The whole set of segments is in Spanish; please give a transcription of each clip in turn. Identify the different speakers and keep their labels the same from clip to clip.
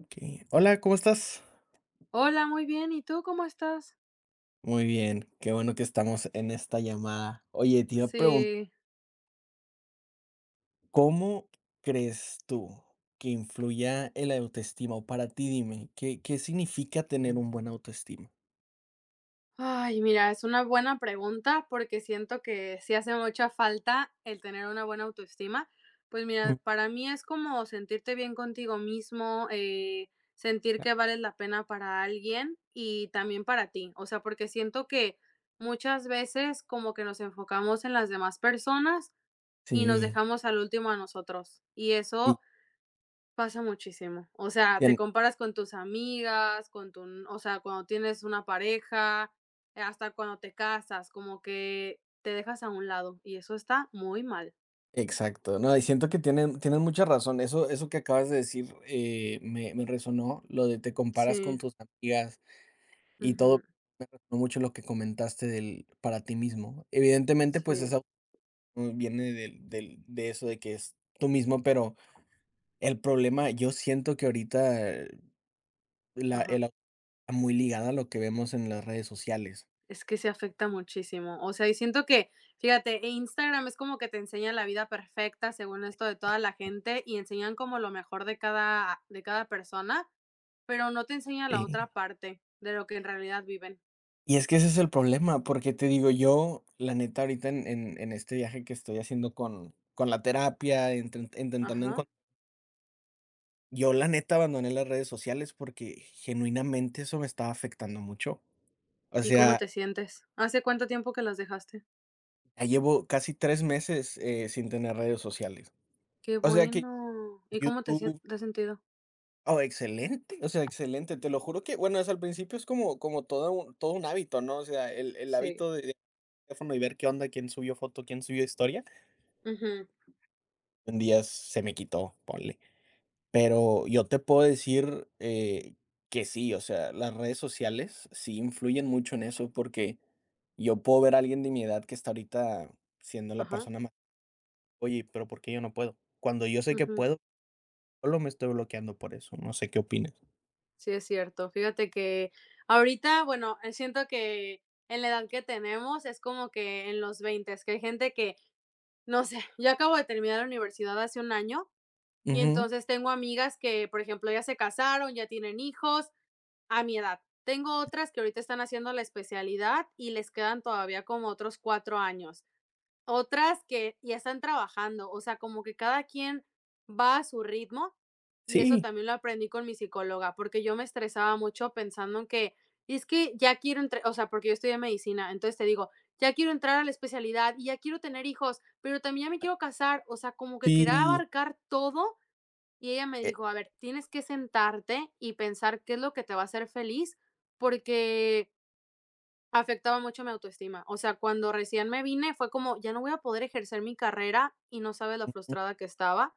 Speaker 1: Okey. Hola, ¿cómo estás?
Speaker 2: Hola, muy bien. ¿Y tú cómo estás?
Speaker 1: Muy bien, qué bueno que estamos en esta llamada. Oye, te iba a preguntar,
Speaker 2: Sí.
Speaker 1: ¿cómo crees tú que influya el autoestima? O para ti, dime, ¿qué significa tener un buen autoestima?
Speaker 2: Ay, mira, es una buena pregunta porque siento que sí hace mucha falta el tener una buena autoestima. Pues mira,
Speaker 1: Mm,
Speaker 2: para mí es como sentirte bien contigo mismo, sentir
Speaker 1: ah,
Speaker 2: que vales la pena para alguien y también para ti. O sea, porque siento que muchas veces como que nos enfocamos en las demás personas y nos
Speaker 1: sí,
Speaker 2: dejamos al último a nosotros. Y
Speaker 1: y
Speaker 2: eso pasa muchísimo. O sea, te
Speaker 1: tien
Speaker 2: comparas con tus amigas, con tu, o sea, cuando tienes una pareja, hasta cuando te casas, como que te dejas a un lado y eso está muy mal.
Speaker 1: exacto, no, y siento que tienen tienes mucha razón. Eso que acabas de decir, me resonó, lo de te comparas con
Speaker 2: Sí,
Speaker 1: tus amigas y todo,
Speaker 2: ujú,
Speaker 1: me resonó mucho lo que comentaste del para ti mismo. Evidentemente, pues,
Speaker 2: sí,
Speaker 1: Viene del del de eso de que es tú mismo, pero el problema, yo siento que ahorita, la
Speaker 2: ajá.
Speaker 1: el au está muy ligada a lo que vemos en las redes sociales,
Speaker 2: Es que se afecta muchísimo. O sea, y siento que, fíjate, e Instagram es como que te enseña la vida perfecta según esto de toda la gente y enseñan como lo mejor de cada persona, pero no te enseña la
Speaker 1: y
Speaker 2: otra parte de lo que en realidad viven.
Speaker 1: y es que ese es el problema, porque te digo, yo, la neta, ahorita en este viaje que estoy haciendo con la terapia, intentando
Speaker 2: Ajá.
Speaker 1: encontrar, yo, la neta, abandoné las redes sociales porque genuinamente eso me estaba afectando mucho. O
Speaker 2: ¿Y cómo
Speaker 1: sea,
Speaker 2: te sientes? ¿Hace cuánto
Speaker 1: eh,
Speaker 2: tiempo que las dejaste?
Speaker 1: ya llevo casi 3 meses, sin tener redes sociales.
Speaker 2: Qué
Speaker 1: O sea que
Speaker 2: bueno. ¿Y cómo
Speaker 1: YouTube.
Speaker 2: te has sentido?
Speaker 1: Oh, excelente, o sea, excelente, te lo juro que, bueno, es, al principio es como todo un hábito, ¿no? O sea, el
Speaker 2: Sí.
Speaker 1: hábito de teléfono y ver qué onda, quién subió foto, quién subió historia,
Speaker 2: Ujú.
Speaker 1: un día se me quitó, ponle. Pero yo te puedo decir, que sí, o sea, las redes sociales sí influyen mucho en eso, porque yo puedo ver a alguien de mi edad que está ahorita siendo la
Speaker 2: Ajá.
Speaker 1: persona más, oye, pero ¿por qué yo no puedo? Cuando yo sé que
Speaker 2: Ujú.
Speaker 1: puedo, solo me estoy bloqueando por eso, no sé qué opinas.
Speaker 2: Sí, es cierto. Fíjate que ahorita, bueno, siento que en la edad que tenemos es como que en los veinte s que hay gente que, no sé, yo acabo de terminar la universidad hace un año y
Speaker 1: Ujú.
Speaker 2: entonces tengo amigas que, por ejemplo, ya se casaron, ya tienen hijos a mi edad. Tengo otras que ahorita están haciendo la especialidad y les quedan todavía como otros 4 años. Otras que ya están trabajando, o sea, como que cada quien va a su ritmo y eso
Speaker 1: Sí,
Speaker 2: también lo aprendí con mi psicóloga, porque yo me estresaba mucho pensando en que es que ya quiero entrar, o sea, porque yo estudié medicina, entonces te digo, ya quiero entrar a la especialidad y ya quiero tener hijos, pero también ya me quiero casar, o sea, como que quería
Speaker 1: sí.
Speaker 2: abarcar todo y ella me
Speaker 1: Eh,
Speaker 2: dijo, a ver, tienes que sentarte y pensar qué es lo que te va a hacer feliz, porque afectaba mucho mi autoestima. O sea, cuando recién me vine fue como, ya no voy a poder ejercer mi carrera y no sabes lo
Speaker 1: mm,
Speaker 2: frustrada que estaba,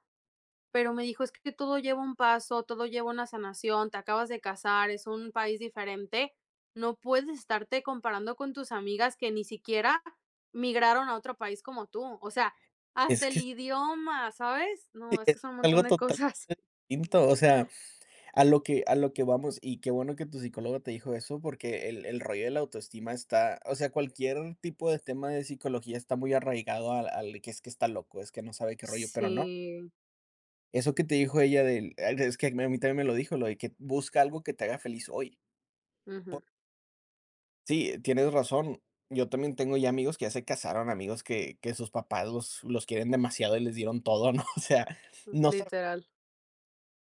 Speaker 2: pero me dijo, es que todo lleva un paso, todo lleva una sanación, te acabas de casar, es un país diferente, no puedes estarte comparando con tus amigas que ni siquiera migraron a otro país como tú. O sea, hasta
Speaker 1: es
Speaker 2: el
Speaker 1: que sí,
Speaker 2: idioma, ¿sabes? No, es
Speaker 1: es
Speaker 2: que son un montón
Speaker 1: algo
Speaker 2: de
Speaker 1: total
Speaker 2: cosas.
Speaker 1: distinto, o sea, a lo que vamos, y qué bueno que tu psicólogo te dijo eso, porque el rollo de la autoestima está, o sea, cualquier tipo de tema de psicología está muy arraigado al que es que está loco, es que no sabe qué rollo, pero no.
Speaker 2: Sí,
Speaker 1: Eso que te dijo ella del es que a mí también me lo dijo, lo de que busca algo que te haga feliz hoy.
Speaker 2: ujú,
Speaker 1: Sí, tienes razón. Yo también tengo ya amigos que ya se casaron, amigos que sus papás los quieren demasiado y les dieron todo, ¿no? O sea, no saben
Speaker 2: literal.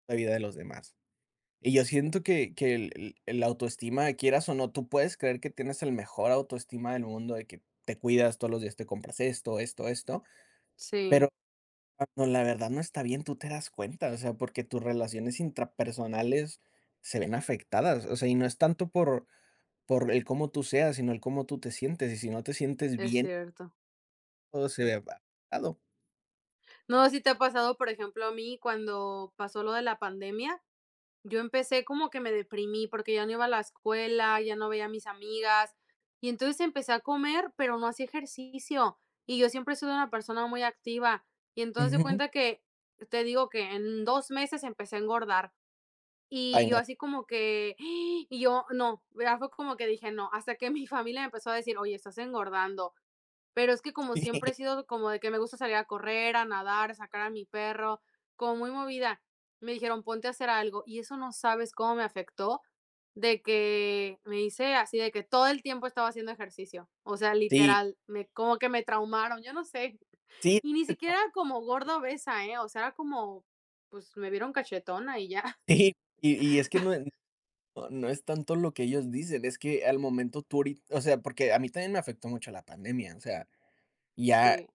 Speaker 1: la vida de los demás. Y yo siento que el la autoestima, quieras o no, tú puedes creer que tienes el mejor autoestima del mundo, de que te cuidas todos los días, te compras esto, esto, esto, pero
Speaker 2: Sí,
Speaker 1: cuando la verdad no está bien, tú te das cuenta, o sea, porque tus relaciones intrapersonales se ven afectadas, o sea, y no es tanto por el cómo tú seas, sino el cómo tú te sientes, y si no te sientes
Speaker 2: es
Speaker 1: bien,
Speaker 2: cierto.
Speaker 1: todo se ve
Speaker 2: Sí.
Speaker 1: afectado.
Speaker 2: No, sí te ha pasado, por ejemplo, a mí cuando pasó lo de la pandemia, yo empecé como que me deprimí porque ya no iba a la escuela, ya no veía a mis amigas y entonces empecé a comer, pero no hacía ejercicio y yo siempre he sido una persona muy activa y entonces de
Speaker 1: Ujú.
Speaker 2: cuenta que te digo que en 2 meses empecé a engordar y
Speaker 1: Ay,
Speaker 2: yo
Speaker 1: no.
Speaker 2: así como que, y yo no, ya fue como que dije no, hasta que mi familia me empezó a decir, oye, estás engordando. Pero es que como siempre he sido como de que me gusta salir a correr, a nadar, sacar a mi perro, como muy movida. Me dijeron, ponte a hacer algo. Y eso no sabes cómo me afectó de que me hice así, de que todo el tiempo estaba haciendo ejercicio. O sea,
Speaker 1: Sí,
Speaker 2: literal, me, como que me traumaron, yo no sé.
Speaker 1: sí, sí,
Speaker 2: Y ni
Speaker 1: este
Speaker 2: siquiera
Speaker 1: trauma
Speaker 2: era como
Speaker 1: que-
Speaker 2: gorda obesa, ¿eh? O sea, era como, pues me vieron cachetona y ya.
Speaker 1: sí, y es que no. No es tanto lo que ellos dicen, es que al momento tú ahorita, o sea, porque a mí también me afectó mucho la pandemia, o sea, ya
Speaker 2: Sí,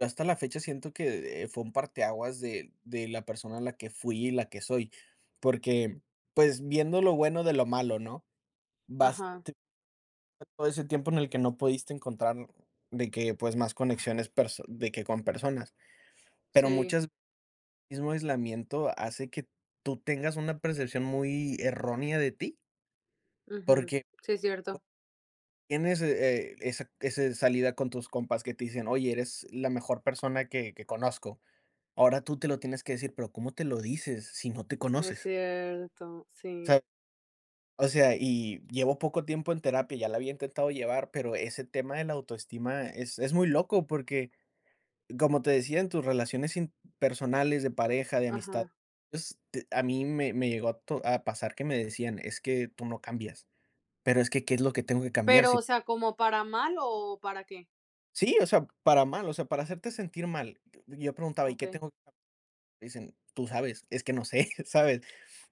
Speaker 1: hasta la fecha siento que, fue un parteaguas de la persona a la que fui y la que soy, porque, pues, viendo lo bueno de lo malo, ¿no? Vas
Speaker 2: ajá,
Speaker 1: te- todo ese tiempo en el que no pudiste encontrar de que, pues, más conexiones perso de que con personas, pero
Speaker 2: sí,
Speaker 1: muchas veces el mismo aislamiento hace que tú tengas una percepción muy errónea de ti,
Speaker 2: ujú,
Speaker 1: porque
Speaker 2: sí,
Speaker 1: tienes, esa ese salida con tus compas que te dicen: "Oye, eres la mejor persona que conozco". Ahora tú te lo tienes que decir, pero ¿cómo te lo dices si no te
Speaker 2: es
Speaker 1: conoces?
Speaker 2: cierto, sí,
Speaker 1: ¿Sabes? O sea, y llevo poco tiempo en terapia, ya la había intentado llevar, pero ese tema de la autoestima es muy loco porque, como te decía, en tus relaciones in personales, de pareja, de amistad,
Speaker 2: ajá.
Speaker 1: pues, te a mí me llegó a pasar que me decían: "Es que tú no cambias", pero es que, ¿qué es lo que tengo que cambiar
Speaker 2: Pero, o
Speaker 1: si?
Speaker 2: sea, ¿como para mal o para qué?
Speaker 1: Sí, o sea, para mal, o sea, para hacerte sentir mal. Yo preguntaba: "¿Y qué
Speaker 2: Okey.
Speaker 1: tengo que cambiar?". Dicen: "Tú sabes, es que no sé", ¿sabes?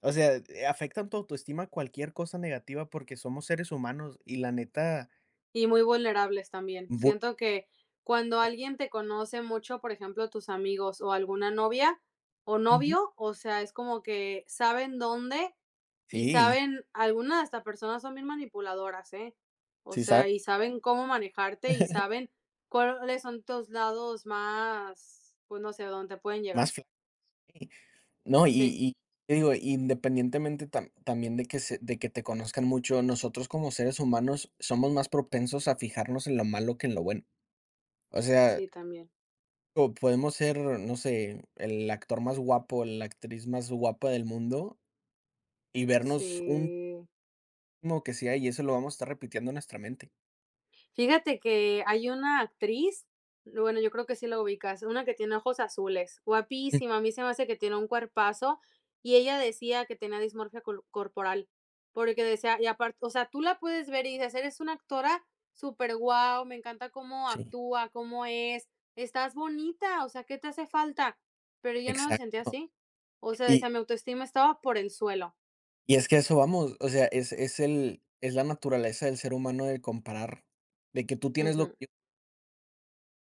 Speaker 1: O sea, afectan tu autoestima cualquier cosa negativa porque somos seres humanos y la neta
Speaker 2: Y muy vulnerables también.
Speaker 1: bu
Speaker 2: Siento que cuando alguien te conoce mucho, por ejemplo, tus amigos o alguna novia o
Speaker 1: ujú.
Speaker 2: novio, o sea, es como que saben dónde y
Speaker 1: Sí,
Speaker 2: saben algunas de estas personas son bien manipuladoras, ¿eh? O
Speaker 1: sí, ¿sabes?
Speaker 2: sea, y saben cómo manejarte y saben cuáles son tus lados más, pues, no sé, dónde te pueden llegar.
Speaker 1: Más fly. No, y
Speaker 2: Sí,
Speaker 1: y te digo, independientemente también de que se de que te conozcan mucho, nosotros como seres humanos somos más propensos a fijarnos en lo malo que en lo bueno. O sea.
Speaker 2: sí, también.
Speaker 1: O podemos ser, no sé, el actor más guapo, la actriz más guapa del mundo y vernos un
Speaker 2: Sí.
Speaker 1: mismo que sea, y eso lo vamos a estar repitiendo en nuestra mente.
Speaker 2: Fíjate que hay una actriz, bueno, yo creo que sí la ubicas, una que tiene ojos azules,
Speaker 1: Mm,
Speaker 2: guapísima, a mí se me hace que tiene un cuerpazo, y ella decía que tenía dismorfia corporal, porque decía, y aparte, o sea, tú la puedes ver y dices, eres una actora súper guau, me encanta cómo
Speaker 1: sí,
Speaker 2: actúa, cómo es, estás bonita, o sea, ¿qué te hace falta? Pero ella no se sentía
Speaker 1: exacto.
Speaker 2: así, o sea,
Speaker 1: Y
Speaker 2: decía, mi autoestima estaba por el suelo.
Speaker 1: y es que a eso vamos, o sea, es la naturaleza del ser humano de comparar, de que tú tienes lo
Speaker 2: Ujú,
Speaker 1: que yo,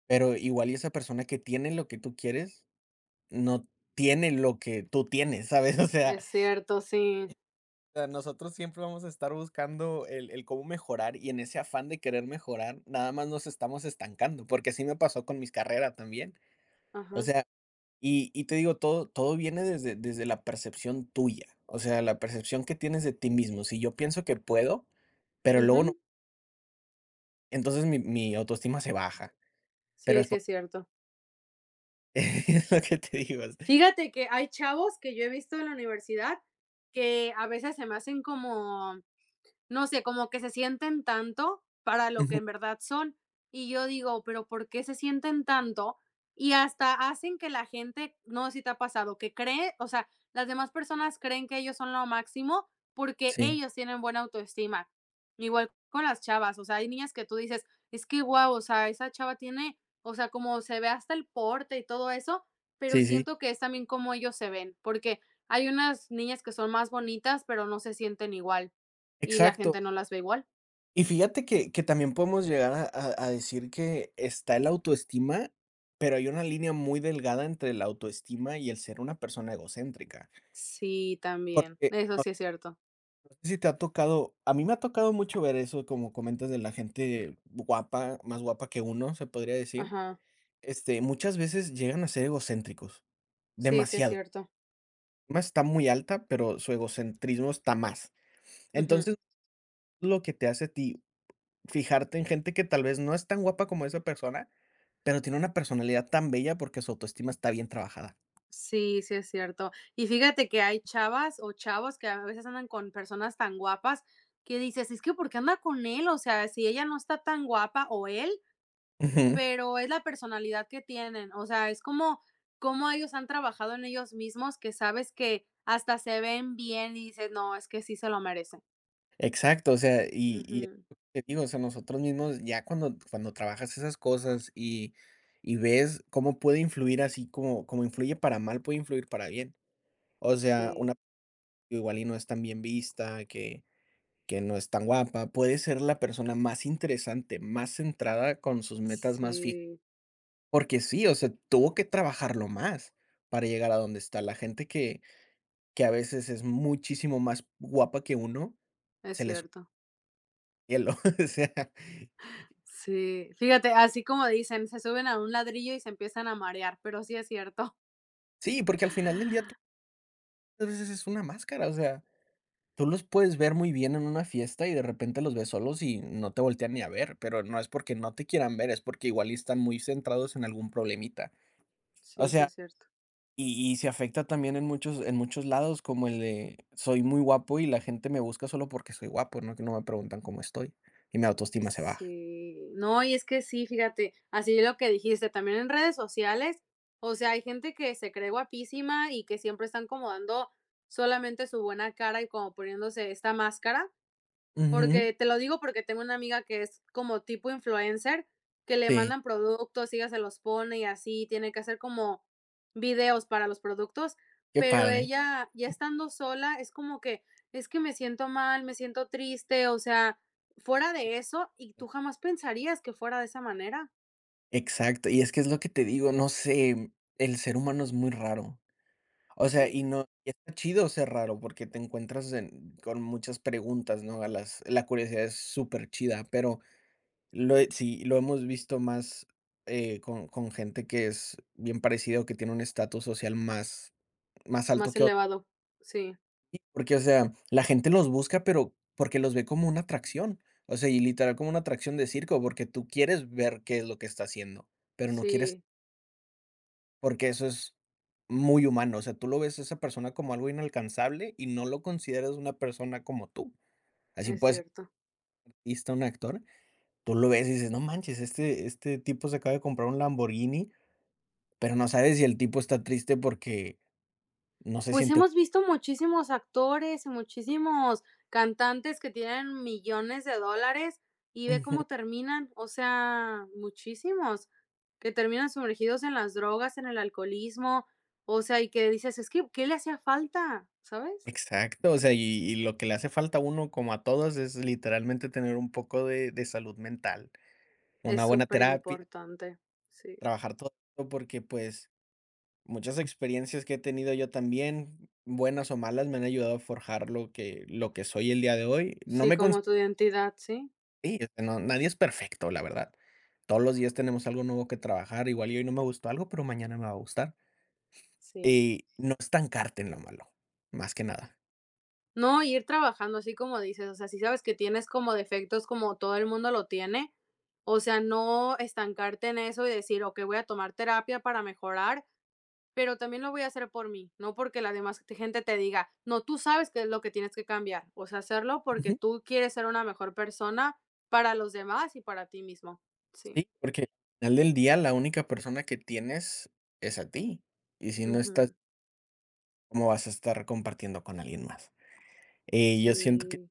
Speaker 1: pero igual y esa persona que tiene lo que tú quieres, no tiene lo que tú tienes, ¿sabes? O sea,
Speaker 2: es cierto, sí.
Speaker 1: sea, nosotros siempre vamos a estar buscando el cómo mejorar y en ese afán de querer mejorar, nada más nos estamos estancando, porque así me pasó con mis carreras también.
Speaker 2: Ajá.
Speaker 1: O sea, y te digo, todo viene desde la percepción tuya, o sea, la percepción que tienes de ti mismo. Si yo pienso que puedo, pero
Speaker 2: Ujú,
Speaker 1: luego no, entonces mi autoestima se baja, pero
Speaker 2: sí,
Speaker 1: es
Speaker 2: sí,
Speaker 1: por
Speaker 2: es cierto.
Speaker 1: es lo que te digo.
Speaker 2: Fíjate que hay chavos que yo he visto en la universidad que a veces se me hacen como, no sé, como que se sienten tanto para lo que
Speaker 1: Ujú,
Speaker 2: en verdad son. Y yo digo, pero ¿por qué se sienten tanto? Y hasta hacen que la gente, no sé si te ha pasado, que cree, o sea, las demás personas creen que ellos son lo máximo porque
Speaker 1: sí,
Speaker 2: ellos tienen buena autoestima. Igual con las chavas, o sea, hay niñas que tú dices, es que guau, o sea, esa chava tiene, o sea, como se ve hasta el porte y todo eso, pero
Speaker 1: sí, sí,
Speaker 2: siento que es también como ellos se ven, porque hay unas niñas que son más bonitas, pero no se sienten igual. Y la
Speaker 1: exacto.
Speaker 2: gente no las ve igual.
Speaker 1: Y fíjate que también podemos llegar a decir que está el autoestima, pero hay una línea muy delgada entre la autoestima y el ser una persona egocéntrica.
Speaker 2: Sí, también.
Speaker 1: Porque,
Speaker 2: Eso sí es cierto.
Speaker 1: no sé si te ha tocado, a mí me ha tocado mucho ver eso, como comentas, de la gente guapa, más guapa que uno, se podría decir.
Speaker 2: Ajá.
Speaker 1: Este, muchas veces llegan a ser egocéntricos,
Speaker 2: Sí, sí es
Speaker 1: demasiado.
Speaker 2: cierto.
Speaker 1: Más está muy alta, pero su egocentrismo está más.
Speaker 2: Ujú.
Speaker 1: Entonces, lo que te hace a ti fijarte en gente que tal vez no es tan guapa como esa persona, pero tiene una personalidad tan bella porque su autoestima está bien trabajada.
Speaker 2: Sí, sí es cierto. Y fíjate que hay chavas o chavos que a veces andan con personas tan guapas que dices, es que ¿por qué anda con él? O sea, si ella no está tan guapa o él,
Speaker 1: Ujú.
Speaker 2: pero es la personalidad que tienen. O sea, es como cómo ellos han trabajado en ellos mismos que sabes que hasta se ven bien y dices, no, es que sí se lo merecen.
Speaker 1: Exacto, o sea, y es
Speaker 2: Ujú.
Speaker 1: lo que te digo, o sea, nosotros mismos ya cuando trabajas esas cosas y ves cómo puede influir así como influye para mal, puede influir para bien. O sea, una
Speaker 2: Sí,
Speaker 1: persona que igual y no es tan bien vista, que no es tan guapa, puede ser la persona más interesante, más centrada, con sus metas más fijas.
Speaker 2: sí,
Speaker 1: Porque sí, o sea, tuvo que trabajarlo más para llegar a donde está. La gente que a veces es muchísimo más guapa que uno,
Speaker 2: es
Speaker 1: se le sube
Speaker 2: cierto.
Speaker 1: el hielo, o sea,
Speaker 2: Sí, fíjate, así como dicen, se suben a un ladrillo y se empiezan a marear, pero sí es cierto.
Speaker 1: sí, porque al final del día tú muchas veces es una máscara, o sea, tú los puedes ver muy bien en una fiesta y de repente los ves solos y no te voltean ni a ver, pero no es porque no te quieran ver, es porque igual y están muy centrados en algún problemita. O
Speaker 2: Sí, sí
Speaker 1: sea,
Speaker 2: es cierto.
Speaker 1: y se afecta también en muchos lados, como el de soy muy guapo y la gente me busca solo porque soy guapo, ¿no? Que no me preguntan cómo estoy y mi autoestima se baja.
Speaker 2: Sí, no, y es que sí, fíjate, así lo que dijiste, también en redes sociales, o sea, hay gente que se cree guapísima y que siempre están como dando solamente su buena cara y como poniéndose esta máscara,
Speaker 1: Ujú,
Speaker 2: porque te lo digo porque tengo una amiga que es como tipo influencer, que le
Speaker 1: sí,
Speaker 2: mandan productos, y ella se los pone y así, tiene que hacer como videos para los productos,
Speaker 1: qué
Speaker 2: pero
Speaker 1: padre.
Speaker 2: ella ya estando sola es como que: "Es que me siento mal, me siento triste", o sea, fuera de eso, y tú jamás pensarías que fuera de esa manera.
Speaker 1: Exacto, y es que es lo que te digo, no sé, el ser humano es muy raro. O sea,
Speaker 2: Sí,
Speaker 1: y no, y está chido ser raro porque te encuentras en con muchas preguntas, ¿no? A las la curiosidad es súper chida, pero lo he, sí, lo hemos visto más, con gente que es bien parecida o que tiene un estatus social más alto
Speaker 2: más
Speaker 1: que otro.
Speaker 2: elevado. Sí,
Speaker 1: Porque, o sea, la gente los busca, pero porque los ve como una atracción. O sea, y literal como una atracción de circo, porque tú quieres ver qué es lo que está haciendo, pero no quieres.
Speaker 2: sí,
Speaker 1: Porque eso es muy humano, o sea, tú lo ves a esa persona como algo inalcanzable y no lo consideras una persona como tú. Así
Speaker 2: es
Speaker 1: puede ser
Speaker 2: cierto.
Speaker 1: un artista, un actor, tú lo ves y dices: "No manches, este tipo se acaba de comprar un Lamborghini", pero no sabes si el tipo está triste porque no se
Speaker 2: Pues
Speaker 1: siente
Speaker 2: hemos visto muchísimos actores y muchísimos cantantes que tienen millones de dólares y ve
Speaker 1: ujú,
Speaker 2: cómo terminan, o sea, muchísimos que terminan sumergidos en las drogas, en el alcoholismo, o sea, y que dices, es que, ¿qué le hacía falta? ¿Sabes?
Speaker 1: exacto, o sea, y lo que le hace falta a uno, como a todos, es literalmente tener un poco de salud mental,
Speaker 2: Es
Speaker 1: una buena
Speaker 2: súper
Speaker 1: terapia,
Speaker 2: importante, sí,
Speaker 1: trabajar todo, esto, porque, pues, muchas experiencias que he tenido yo también, buenas o malas, me han ayudado a forjar lo que soy el día de hoy. No
Speaker 2: sí,
Speaker 1: me
Speaker 2: como
Speaker 1: considero,
Speaker 2: tu identidad, sí,
Speaker 1: sí, este, no, nadie es perfecto, la verdad. Todos los días tenemos algo nuevo que trabajar, igual y hoy no me gustó algo, pero mañana me va a gustar.
Speaker 2: sí.
Speaker 1: Y no estancarte en lo malo, más que nada.
Speaker 2: No, ir trabajando así como dices, o sea, si sabes que tienes como defectos como todo el mundo lo tiene, o sea, no estancarte en eso y decir, ok, voy a tomar terapia para mejorar, pero también lo voy a hacer por mí, no porque la demás gente te diga, no, tú sabes qué es lo que tienes que cambiar, o sea, hacerlo porque
Speaker 1: Ujú.
Speaker 2: tú quieres ser una mejor persona para los demás y para ti mismo. Sí.
Speaker 1: Sí, porque al final del día la única persona que tienes es a ti. Y si no estás,
Speaker 2: Ujú.
Speaker 1: ¿cómo vas a estar compartiendo con alguien más? Yo siento.
Speaker 2: Sí.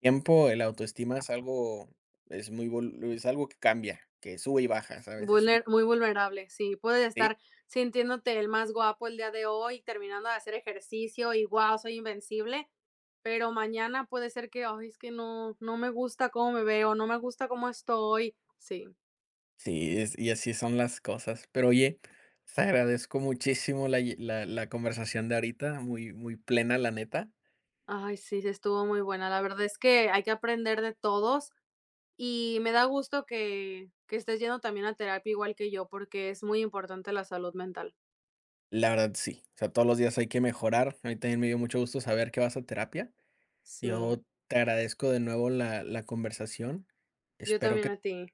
Speaker 1: Tiempo, el autoestima es algo, es muy vol es algo que cambia, que sube y baja, ¿sabes? Es un
Speaker 2: Vulner muy vulnerable, sí, puedes
Speaker 1: sí,
Speaker 2: estar sintiéndote el más guapo el día de hoy, terminando de hacer ejercicio y guau, soy invencible, pero mañana puede ser que, ay, es que no, no me gusta cómo me veo, no me gusta cómo estoy. Sí,
Speaker 1: sí, es, y así son las cosas. Pero oye, te agradezco muchísimo la lle la la conversación de ahorita, muy muy plena, la neta.
Speaker 2: ay, sí, sí estuvo muy buena. La verdad es que hay que aprender de todos y me da gusto que estés yendo también a terapia igual que yo, porque es muy importante la salud mental.
Speaker 1: La verdad, sí. O sea, todos los días hay que mejorar. A mí también me dio mucho gusto saber que vas a terapia. Yo
Speaker 2: Sí,
Speaker 1: te agradezco de nuevo la conversación.
Speaker 2: yo
Speaker 1: Espero
Speaker 2: también
Speaker 1: que
Speaker 2: a ti.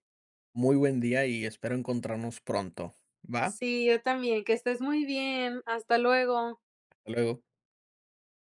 Speaker 1: muy buen día y espero encontrarnos pronto, ¿va?
Speaker 2: Sí, yo también. Que estés muy bien. Hasta luego.
Speaker 1: Hasta luego.